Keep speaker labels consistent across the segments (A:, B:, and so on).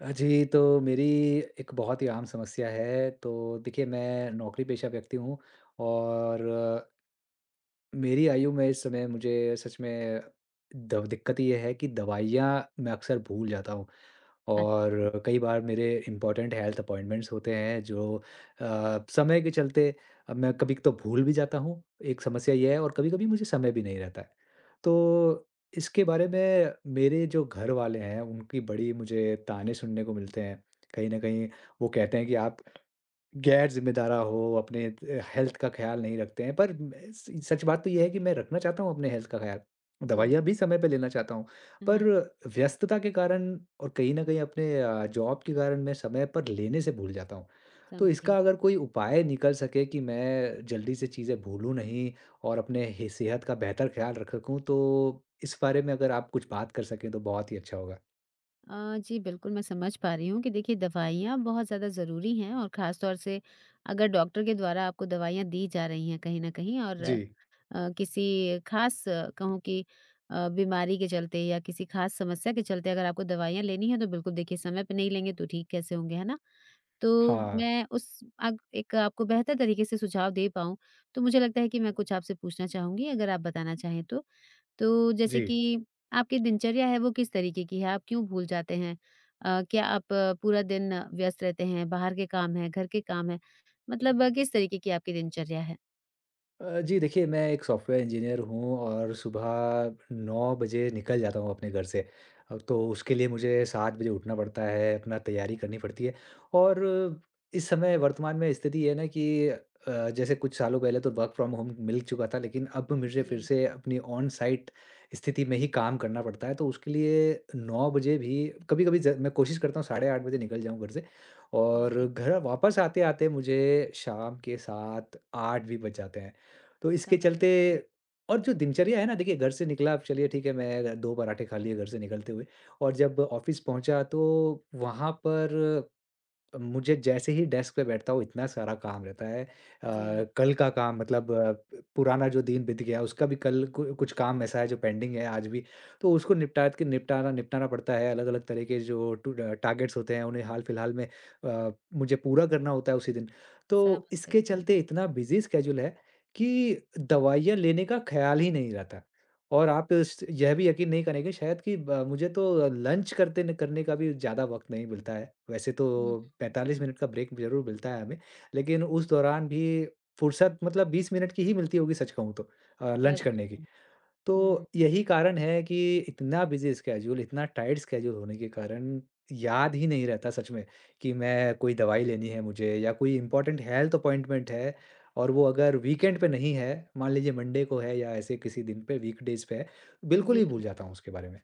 A: जी, तो मेरी एक बहुत ही आम समस्या है। तो देखिए मैं नौकरी पेशा व्यक्ति हूँ और मेरी आयु में इस समय मुझे सच में दव दिक्कत ये है कि दवाइयाँ मैं अक्सर भूल जाता हूँ।
B: अच्छ
A: और कई बार मेरे इम्पोर्टेंट हेल्थ अपॉइंटमेंट्स होते हैं जो समय के चलते अब मैं कभी तो भूल भी जाता हूँ, एक समस्या ये है और कभी-कभी मुझे समय भी नहीं रहता है। तो इसके
B: हुँ,
A: बारे में मेरे जो घर वाले हैं, उनकी बड़ी मुझे ताने सुनने को मिलते हैं। कहीं न कहीं वो कहते हैं कि आप गैर ज़िम्मेदारा हो, अपने हेल्थ का ख़्याल नहीं रखते हैं। पर म स सच बात तो ये है कि मैं रखना चाहता हूँ अपने हेल्थ का ख़्याल।
B: जी।
A: दवाइयाँ भी समय पे लेना चाहता हूँ।
B: हाँ,
A: पर व्यस्तता के कारण और कहीं न कहीं अपने जॉब के कारण मैं समय पर लेने से भूल जाता हूँ। तो
B: समझी।
A: इसका अगर कोई उपाय निकल सके कि मैं जल्दी से चीज़ें भूलूँ नहीं और अपने हे सेहत का बेहतर ख़्याल रख सकूँ, तो इस बारे में अगर आप कुछ बात कर सकें तो बहुत ही अच्छा होगा।
B: जी, बिल्कुल मैं समझ पा रही हूँ कि देखिए दवाइयाँ बहुत ज़्यादा ज़रूरी हैं और ख़ास तौर से अगर डॉक्टर के द्वारा आपको दवाइयाँ दी जा रही हैं कहीं न कहीं। और
A: जी।
B: किसी ख़ास कहूँ कि बीमारी के चलते या किसी ख़ास समस्या के चलते अगर आपको दवाइयाँ लेनी हैं, तो बिल्कुल देखिए समय पे नहीं लेंगे तो ठीक कैसे होंगे, है ना? तो
A: हाँ।
B: मैं उस अग एक आपको बेहतर तरीके से सुझाव दे पाऊँ, तो मुझे लगता है कि मैं कुछ आपसे पूछना चाहूँगी, अगर आप बताना चाहें तो? तो जैसे कि
A: जी।
B: आपकी दिनचर्या है, वो किस तरीके की है? आप क्यों भूल जाते हैं? क्या आप पूरा दिन व्यस्त रहते हैं? बाहर के काम हैं, घर के काम हैं? मतलब किस तरीके की आपकी दिनचर्या है?
A: जी देखिए, मैं एक सॉफ्टवेयर इंजीनियर हूँ और सुबह 9 बजे निकल जाता हूँ अपने घर से। तो उसके लिए मुझे 7 बजे उठना पड़ता है, अपना तैयारी करनी पड़ती है और इस समय वर्तमान में स्थिति ये है ना कि जैसे कुछ सालों पहले तो वर्क फ्रॉम होम मिल चुका था, लेकिन अब मुझे फिर
B: जी।
A: से अपनी ऑन साइट स्थिति में ही काम करना पड़ता है। तो उसके लिए 9 बजे भी कभी-कभी ज मैं कोशिश करता हूँ 8:30 बजे निकल जाऊँ घर से और
B: जी,
A: घर वापस आते-आते मुझे शाम के 7-8 भी बज जाते हैं। तो इसके
B: समझ
A: चलते
B: सकती हूँ।
A: और जो दिनचर्या है ना, देखिए घर से निकला, अब चलिए ठीक है मैं 2 पराठे खा लिए घर से निकलते हुए और जब ऑफ़िस पहुँचा तो वहाँ पर मुझे जैसे ही डेस्क पे बैठता हूँ इतना सारा काम रहता है।
B: जी,
A: कल का काम मतलब पुराना जो दिन बीत गया उसका भी कल कु कुछ काम ऐसा है जो पेंडिंग है आज भी। तो उसको निपटा के निपटाना निपटाना पड़ता है। अलग-अलग तरह के जो टारगेट्स होते हैं उन्हें हाल-फिलहाल में मुझे पूरा करना होता है उसी दिन।
B: समझ
A: तो इसके
B: सकती हूँ।
A: चलते इतना बिज़ी स्केड्यूल है कि दवाइयाँ लेने का ख़्याल ही नहीं रहता। और आप स यह भी यकीन नहीं करेंगे शायद कि ब मुझे तो लंच करते न करने का भी ज़्यादा वक़्त नहीं मिलता है। वैसे तो
B: हुँ,
A: 45 मिनट का ब्रेक ज़रूर मिलता है हमें, लेकिन उस दौरान भी फुर्सत मतलब 20 मिनट की ही मिलती होगी सच कहूँ तो, लंच
B: सच
A: करने की।
B: में।
A: तो
B: हुँ,
A: यही कारण है कि इतना बिज़ी स्केड्यूल, इतना टाइट स्केड्यूल होने के कारण याद ही नहीं रहता सच में कि मैं कोई दवाई लेनी है मुझे या कोई इम्पोर्टेंट हेल्थ अपॉइंटमेंट है और वो अगर वीकेंड पे नहीं है, मान लीजिए मंडे को है या ऐसे किसी दिन पे वीकडेज़ पे है, बिल्कुल
B: जी।
A: ही भूल जाता हूँ उसके बारे में।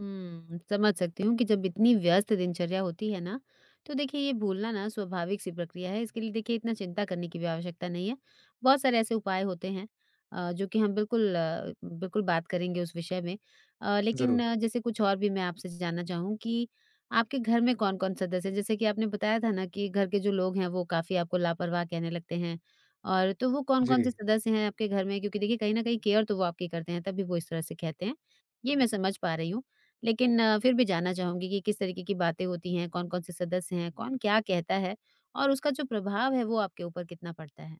B: हुँ, समझ सकती हूँ कि जब इतनी व्यस्त दिनचर्या होती है ना, तो देखिए ये भूलना ना स्वाभाविक सी प्रक्रिया है। इसके लिए देखिए इतना चिंता करने की भी आवश्यकता नहीं है। बहुत सारे ऐसे उपाय होते हैं जो कि हम बिल्कुल बिल्कुल बात करेंगे उस विषय में। लेकिन
A: ज़रूर।
B: जैसे कुछ और भी मैं आपसे जानना चाहूँ कि आपके घर में कौन-कौन सदस्य हैं? जैसे कि आपने बताया था ना कि घर के जो लोग हैं वो काफ़ी आपको लापरवाह कहने लगते हैं, और तो वो कौन-कौन से
A: जी।
B: सदस्य हैं आपके घर में? क्योंकि देखिए कहीं न कहीं केयर तो वो आपकी करते हैं, तभी वो इस तरह से कहते हैं। ये मैं समझ पा रही हूँ। लेकिन फिर भी जानना चाहूँगी कि किस तरीके की बातें होती हैं, कौन-कौन से सदस्य हैं, कौन क्या कहता है और उसका जो प्रभाव है वो आपके ऊपर कितना पड़ता है?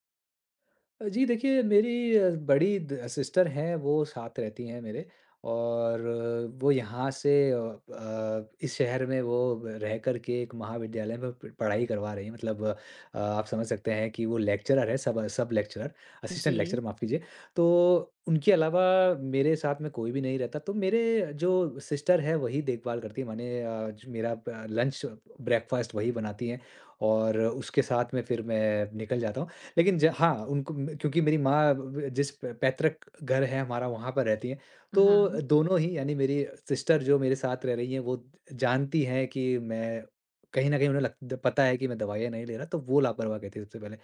A: जी देखिए, मेरी बड़ी सिस्टर हैं, वो साथ रहती हैं मेरे और वो यहाँ से इस शहर में वो रह कर के एक महाविद्यालय में पढ़ाई करवा रही है, मतलब आप समझ सकते हैं कि वो लेक्चरर है, सब सब लेक्चरर,
B: जी।
A: असिस्टेंट लेक्चरर, माफ़ कीजिए। तो उनके अलावा मेरे साथ में कोई भी नहीं रहता, तो मेरे जो सिस्टर है वही देखभाल करती है, माने जो मेरा लंच ब्रेकफास्ट वही बनाती हैं और उसके साथ में फिर मैं निकल जाता हूँ। लेकिन ज हाँ, उनको म क्योंकि मेरी माँ ब जिस प पैतृक घर है हमारा वहाँ पर रहती हैं,
B: हाँ।
A: तो दोनों ही यानी मेरी सिस्टर जो मेरे साथ रह रही हैं वो जानती हैं कि मैं, कहीं न कहीं उन्हें लग द पता है कि मैं दवाइयाँ नहीं ले रहा, तो वो लापरवाह कहती है सबसे पहले।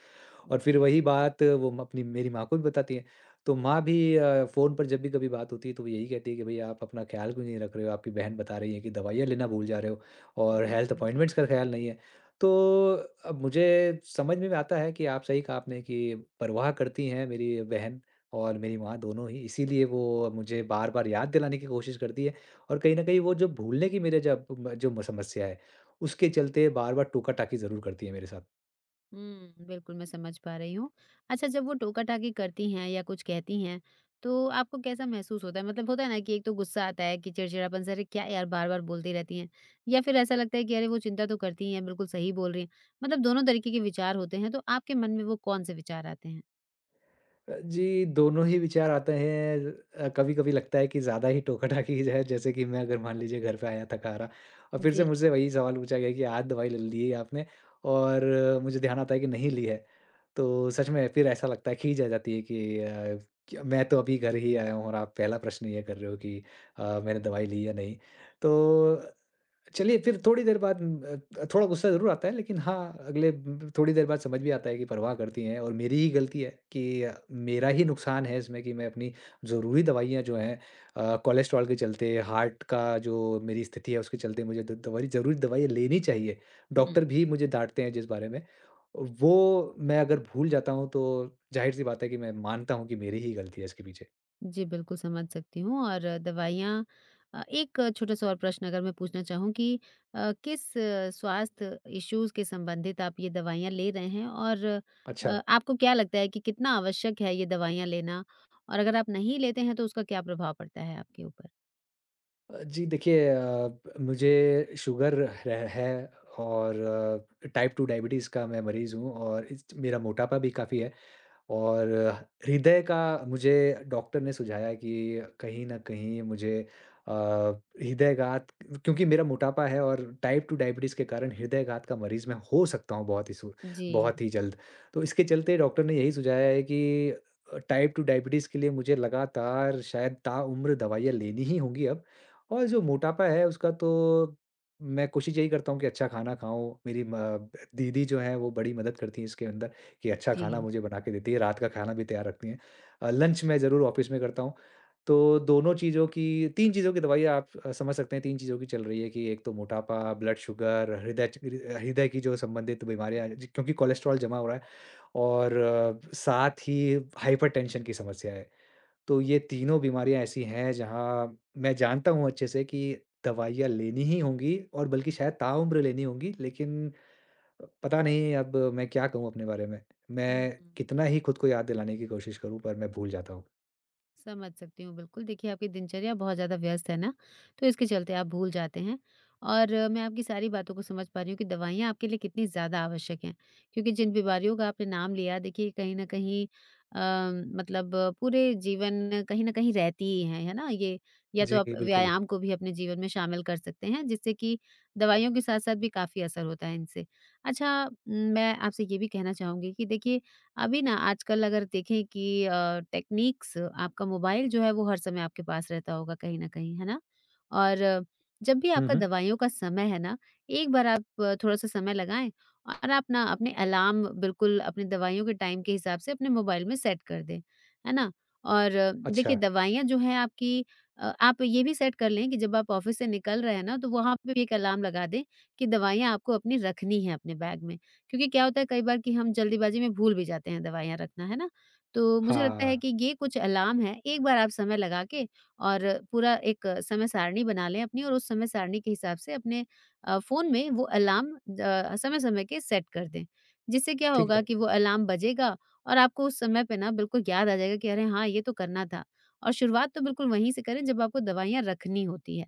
A: और फिर
B: जी,
A: वही बात वो म अपनी मेरी माँ को भी बताती हैं। तो माँ भी फ़ोन पर जब भी कभी बात होती है तो वो यही कहती है कि भई आप अपना ख़्याल क्यों नहीं रख रहे हो? आपकी बहन बता रही है कि दवाइयाँ लेना भूल जा रहे हो और
B: जी,
A: हेल्थ
B: समझी।
A: अपॉइंटमेंट्स का ख़्याल नहीं है। तो अब मुझे समझ में आता है कि आप, सही कहा आपने कि परवाह करती हैं मेरी बहन और मेरी माँ दोनों ही, इसीलिए वो मुझे बार-बार याद दिलाने की कोशिश करती है और कहीं न कहीं वो जो भूलने की मेरे जब म जो समस्या है उसके चलते बार-बार टोका-टाकी ज़रूर करती है मेरे साथ।
B: हुँ, बिल्कुल मैं समझ पा रही हूँ। अच्छा, जब वो टोका-टाकी करती हैं या कुछ कहती हैं, तो आपको कैसा महसूस होता है? मतलब होता है ना कि एक तो गुस्सा आता है कि चिड़चिड़ापन से अरे क्या यार बार-बार बोलती रहती हैं, या फिर ऐसा लगता है कि अरे वो चिंता तो करती ही हैं, बिल्कुल सही बोल रही हैं। मतलब दोनों तरीके के विचार होते हैं, तो आपके मन में वो कौन से विचार आते हैं?
A: जी, दोनों ही विचार आते हैं। कभी-कभी लगता है कि ज़्यादा ही टोका-टाकी है, जैसे कि मैं अगर मान लीजिए घर पे आया थका-हारा और फिर
B: जी।
A: से मुझसे वही सवाल पूछा गया कि आज दवाई ले ली है आपने, और मुझे ध्यान आता है कि नहीं ली है। तो सच में फिर ऐसा लगता है, खीज आ जाती है कि क्या मैं तो अभी घर ही आया हूँ और आप पहला प्रश्न ये कर रहे हो कि मैंने दवाई ली या नहीं। तो चलिए, फिर थोड़ी देर बाद थोड़ा गुस्सा ज़रूर आता है, लेकिन हाँ, अगले ब थोड़ी देर बाद समझ भी आता है कि परवाह करती हैं और मेरी ही गलती है, कि मेरा ही नुकसान है इसमें कि मैं अपनी ज़रूरी दवाइयाँ जो हैं कोलेस्ट्रॉल के चलते, हार्ट का जो मेरी स्थिति है उसके चलते मुझे द दवाई, ज़रूरी दवाइयाँ लेनी चाहिए।
B: हुँ।
A: डॉक्टर भी मुझे डाँटते हैं जिस बारे में, वो मैं अगर भूल जाता हूँ तो ज़ाहिर-सी बात है कि मैं मानता हूँ कि मेरी ही गलती है इसके पीछे।
B: जी, बिल्कुल समझ सकती हूँ। और दवाइयाँ, एक छोटा-सा और प्रश्न अगर मैं पूछना चाहूँ कि किस स्वास्थ्य इश्यूज़ के संबंधित आप ये दवाइयाँ ले रहे हैं? और
A: अच्छा।
B: आपको क्या लगता है कि कितना आवश्यक है ये दवाइयाँ लेना? और अगर आप नहीं लेते हैं तो उसका क्या प्रभाव पड़ता है आपके ऊपर?
A: जी देखिए, मुझे शुगर रह है और टाइप 2 डायबिटीज़ का मैं मरीज़ हूँ और इस मेरा मोटापा भी काफ़ी है। और हृदय का मुझे डॉक्टर ने सुझाया कि कहीं न कहीं मुझे अ, हृदयघात, क्योंकि मेरा मोटापा है और टाइप 2 डायबिटीज़ के कारण हृदयघात का मरीज़ मैं हो सकता हूँ
B: जी,
A: बहुत ही जल्द। तो इसके चलते डॉक्टर ने यही सुझाया है कि टाइप 2 डायबिटीज़ के लिए मुझे लगातार शायद ताउम्र दवाइयाँ लेनी ही होंगी अब, और जो मोटापा है उसका तो मैं कोशिश यही करता हूँ कि अच्छा खाना खाऊँ। मेरी म दीदी जो हैं वो बड़ी मदद करती हैं इसके अंदर। कि अच्छा खाना
B: जी।
A: मुझे बना के देती है, रात का खाना भी तैयार रखती हैं। लंच मैं ज़रूर ऑफ़िस में करता हूँ। तो दोनों चीज़ों की 3 चीज़ों की दवाइयाँ, आप समझ सकते हैं, 3 चीज़ों की चल रही है कि एक तो मोटापा, ब्लड शुगर, हृदय की जो संबंधित बीमारियाँ हैं, ज क्योंकि कोलेस्ट्रॉल
B: समझी।
A: जमा हो रहा है, और साथ ही हाइपरटेंशन की समस्या है। तो ये तीनों बीमारियाँ ऐसी हैं जहाँ मैं जानता हूँ अच्छे से कि दवाइयाँ लेनी ही होंगी और बल्कि शायद ताउम्र लेनी होंगी, लेकिन पता नहीं अब मैं क्या कहूँ अपने बारे में?
B: हुँ।
A: मैं कितना ही खुद को याद दिलाने की कोशिश करूँ पर मैं भूल जाता हूँ।
B: समझ सकती हूँ बिल्कुल। देखिए आपकी दिनचर्या बहुत ज़्यादा व्यस्त है ना, तो इसके चलते आप भूल जाते हैं। और मैं आपकी सारी बातों को समझ पा रही हूँ कि दवाइयाँ आपके लिए कितनी ज़्यादा आवश्यक हैं। क्योंकि जिन बीमारियों का आपने नाम लिया देखिए कहीं न कहीं, मतलब पूरे जीवन कहीं न कहीं रहती ही हैं, है ना? ये या तो
A: जी,
B: आप
A: बिल्कुल।
B: व्यायाम को भी अपने जीवन में शामिल कर सकते हैं, जिससे कि दवाइयों के साथ-साथ भी काफ़ी असर होता है इनसे। अच्छा, मैं आपसे ये भी कहना चाहूँगी कि देखिए अभी ना आजकल अगर देखें कि टेक्निक्स, आपका मोबाइल जो है वो हर समय आपके पास रहता होगा कहीं न कहीं, है ना? और जब भी
A: हुँ,
B: आपका
A: हुँ।
B: दवाइयों का समय है ना, एक बार आप थोड़ा-सा समय लगाएँ और आप ना अपने अलार्म बिल्कुल अपनी दवाइयों के टाइम के हिसाब से अपने मोबाइल में सेट कर दें, है ना? और देखिए
A: अच्छा,
B: दवाइयाँ जो हैं आपकी, आप ये भी सेट कर लें कि जब आप ऑफ़िस से निकल रहे हैं ना, तो वहाँ पे भी एक अलार्म लगा दें कि दवाइयाँ आपको अपनी रखनी है अपने बैग में। क्योंकि क्या होता है कई बार कि हम जल्दीबाजी में भूल भी जाते हैं दवाइयाँ रखना, है ना? तो मुझे लगता है
A: हाँ,
B: कि ये कुछ अलार्म है, एक बार आप समय लगा के और पूरा एक समय सारणी बना लें अपनी, और उस समय सारणी के हिसाब से अपने फ़ोन में वो अलार्म समय-समय के सेट कर दें। जिससे क्या
A: ठीक
B: होगा
A: है,
B: कि वो अलार्म बजेगा और आपको उस समय पे ना बिल्कुल याद आ जाएगा कि अरे हाँ, ये तो करना था। और शुरुआत तो बिल्कुल वहीं से करें जब आपको दवाइयाँ रखनी होती हैं।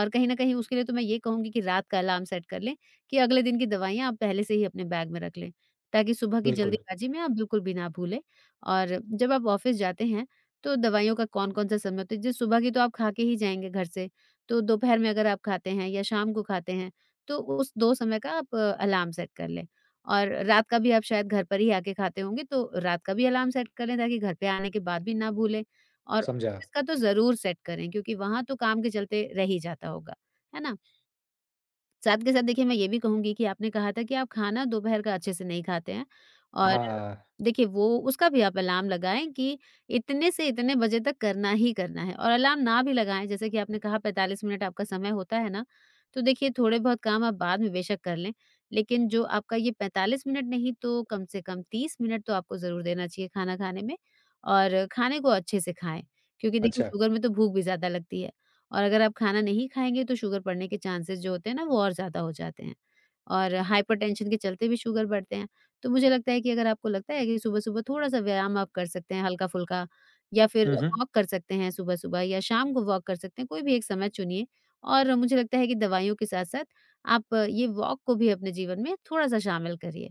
B: और कहीं न कहीं उसके लिए तो मैं ये कहूँगी कि रात का अलार्म सेट कर लें। कि अगले दिन की दवाइयाँ आप पहले से ही अपने बैग में रख लें, ताकि सुबह की
A: बिल्कुल,
B: जल्दीबाजी में आप बिल्कुल भी ना भूलें। और जब आप ऑफ़िस जाते हैं, तो दवाइयों का कौन-कौन सा समय होता है? जैसे सुबह की तो आप खा के ही जाएँगे घर से, तो दोपहर में अगर आप खाते हैं या शाम को खाते हैं, तो उस 2 समय का आप अलार्म सेट कर लें। और रात का भी आप शायद घर पर ही आके खाते होंगे, तो रात का भी अलार्म सेट कर लें, ताकि घर पे आने के बाद भी ना भूलें। और
A: समझा।
B: ऑफ़िस का तो ज़रूर सेट करें क्योंकि वहाँ तो काम के चलते रह ही जाता होगा, है ना? साथ के साथ देखिए मैं ये भी कहूँगी कि आपने कहा था कि आप खाना दोपहर का अच्छे से नहीं खाते हैं, और
A: हाँ,
B: देखिए वो उसका भी आप अलार्म लगाएँ कि इतने से इतने बजे तक करना ही करना है। और अलार्म ना भी लगाएँ, जैसे कि आपने कहा 45 मिनट आपका समय होता है ना, तो देखिए थोड़े बहुत काम आप बाद में बेशक कर लें, लेकिन जो आपका ये 45 मिनट, नहीं तो कम से कम 30 मिनट तो आपको ज़रूर देना चाहिए खाना खाने में और खाने को अच्छे से खाएँ, क्योंकि देखिए
A: अच्छा।
B: शुगर में तो भूख भी ज़्यादा लगती है। और अगर आप खाना नहीं खाएँगे तो शुगर पड़ने के चांसेस जो होते हैं ना वो और ज़्यादा हो जाते हैं। और हाइपरटेंशन के चलते भी शुगर बढ़ते हैं। तो मुझे लगता है कि अगर आपको लगता है कि सुबह-सुबह थोड़ा-सा व्यायाम आप कर सकते हैं हल्का-फुल्का, या फिर
A: हुँ, हुँ,
B: वॉक कर सकते हैं सुबह-सुबह, या शाम को वॉक कर सकते हैं, कोई भी एक समय चुनिए और मुझे लगता है कि दवाइयों के साथ-साथ आप ये वॉक को भी अपने जीवन में थोड़ा-सा शामिल करिए।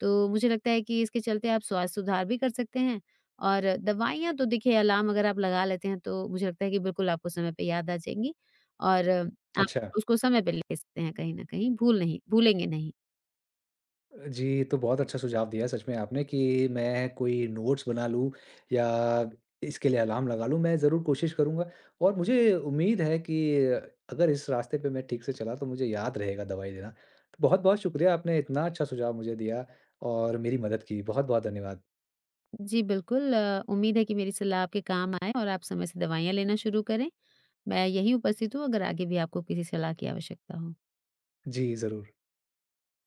B: तो मुझे लगता है कि इसके चलते आप स्वास्थ्य सुधार भी कर सकते हैं, और दवाइयाँ तो देखिए अलार्म अगर आप लगा लेते हैं, तो मुझे लगता है कि बिल्कुल आपको समय पे याद आ जाएँगी और आप
A: अच्छा।
B: उसको समय पे ले सकते हैं कहीं न कहीं, भूलेंगे नहीं।
A: जी, ये तो बहुत अच्छा सुझाव दिया है सच में आपने, कि मैं कोई नोट्स बना लूँ या इसके लिए अलार्म लगा लूँ, मैं ज़रूर कोशिश करूँगा। और मुझे उम्मीद है कि अगर इस रास्ते पे मैं ठीक से चला तो मुझे याद रहेगा दवाई लेना। बहुत-बहुत शुक्रिया, आपने इतना अच्छा सुझाव मुझे दिया और मेरी मदद की। बहुत-बहुत धन्यवाद।
B: जी, बिल्कुल उम्मीद है कि मेरी सलाह आपके काम आए और आप समय से दवाइयाँ लेना शुरू करें। मैं यहीं उपस्थित हूँ अगर आगे भी आपको किसी सलाह की आवश्यकता हो।
A: जी, ज़रूर।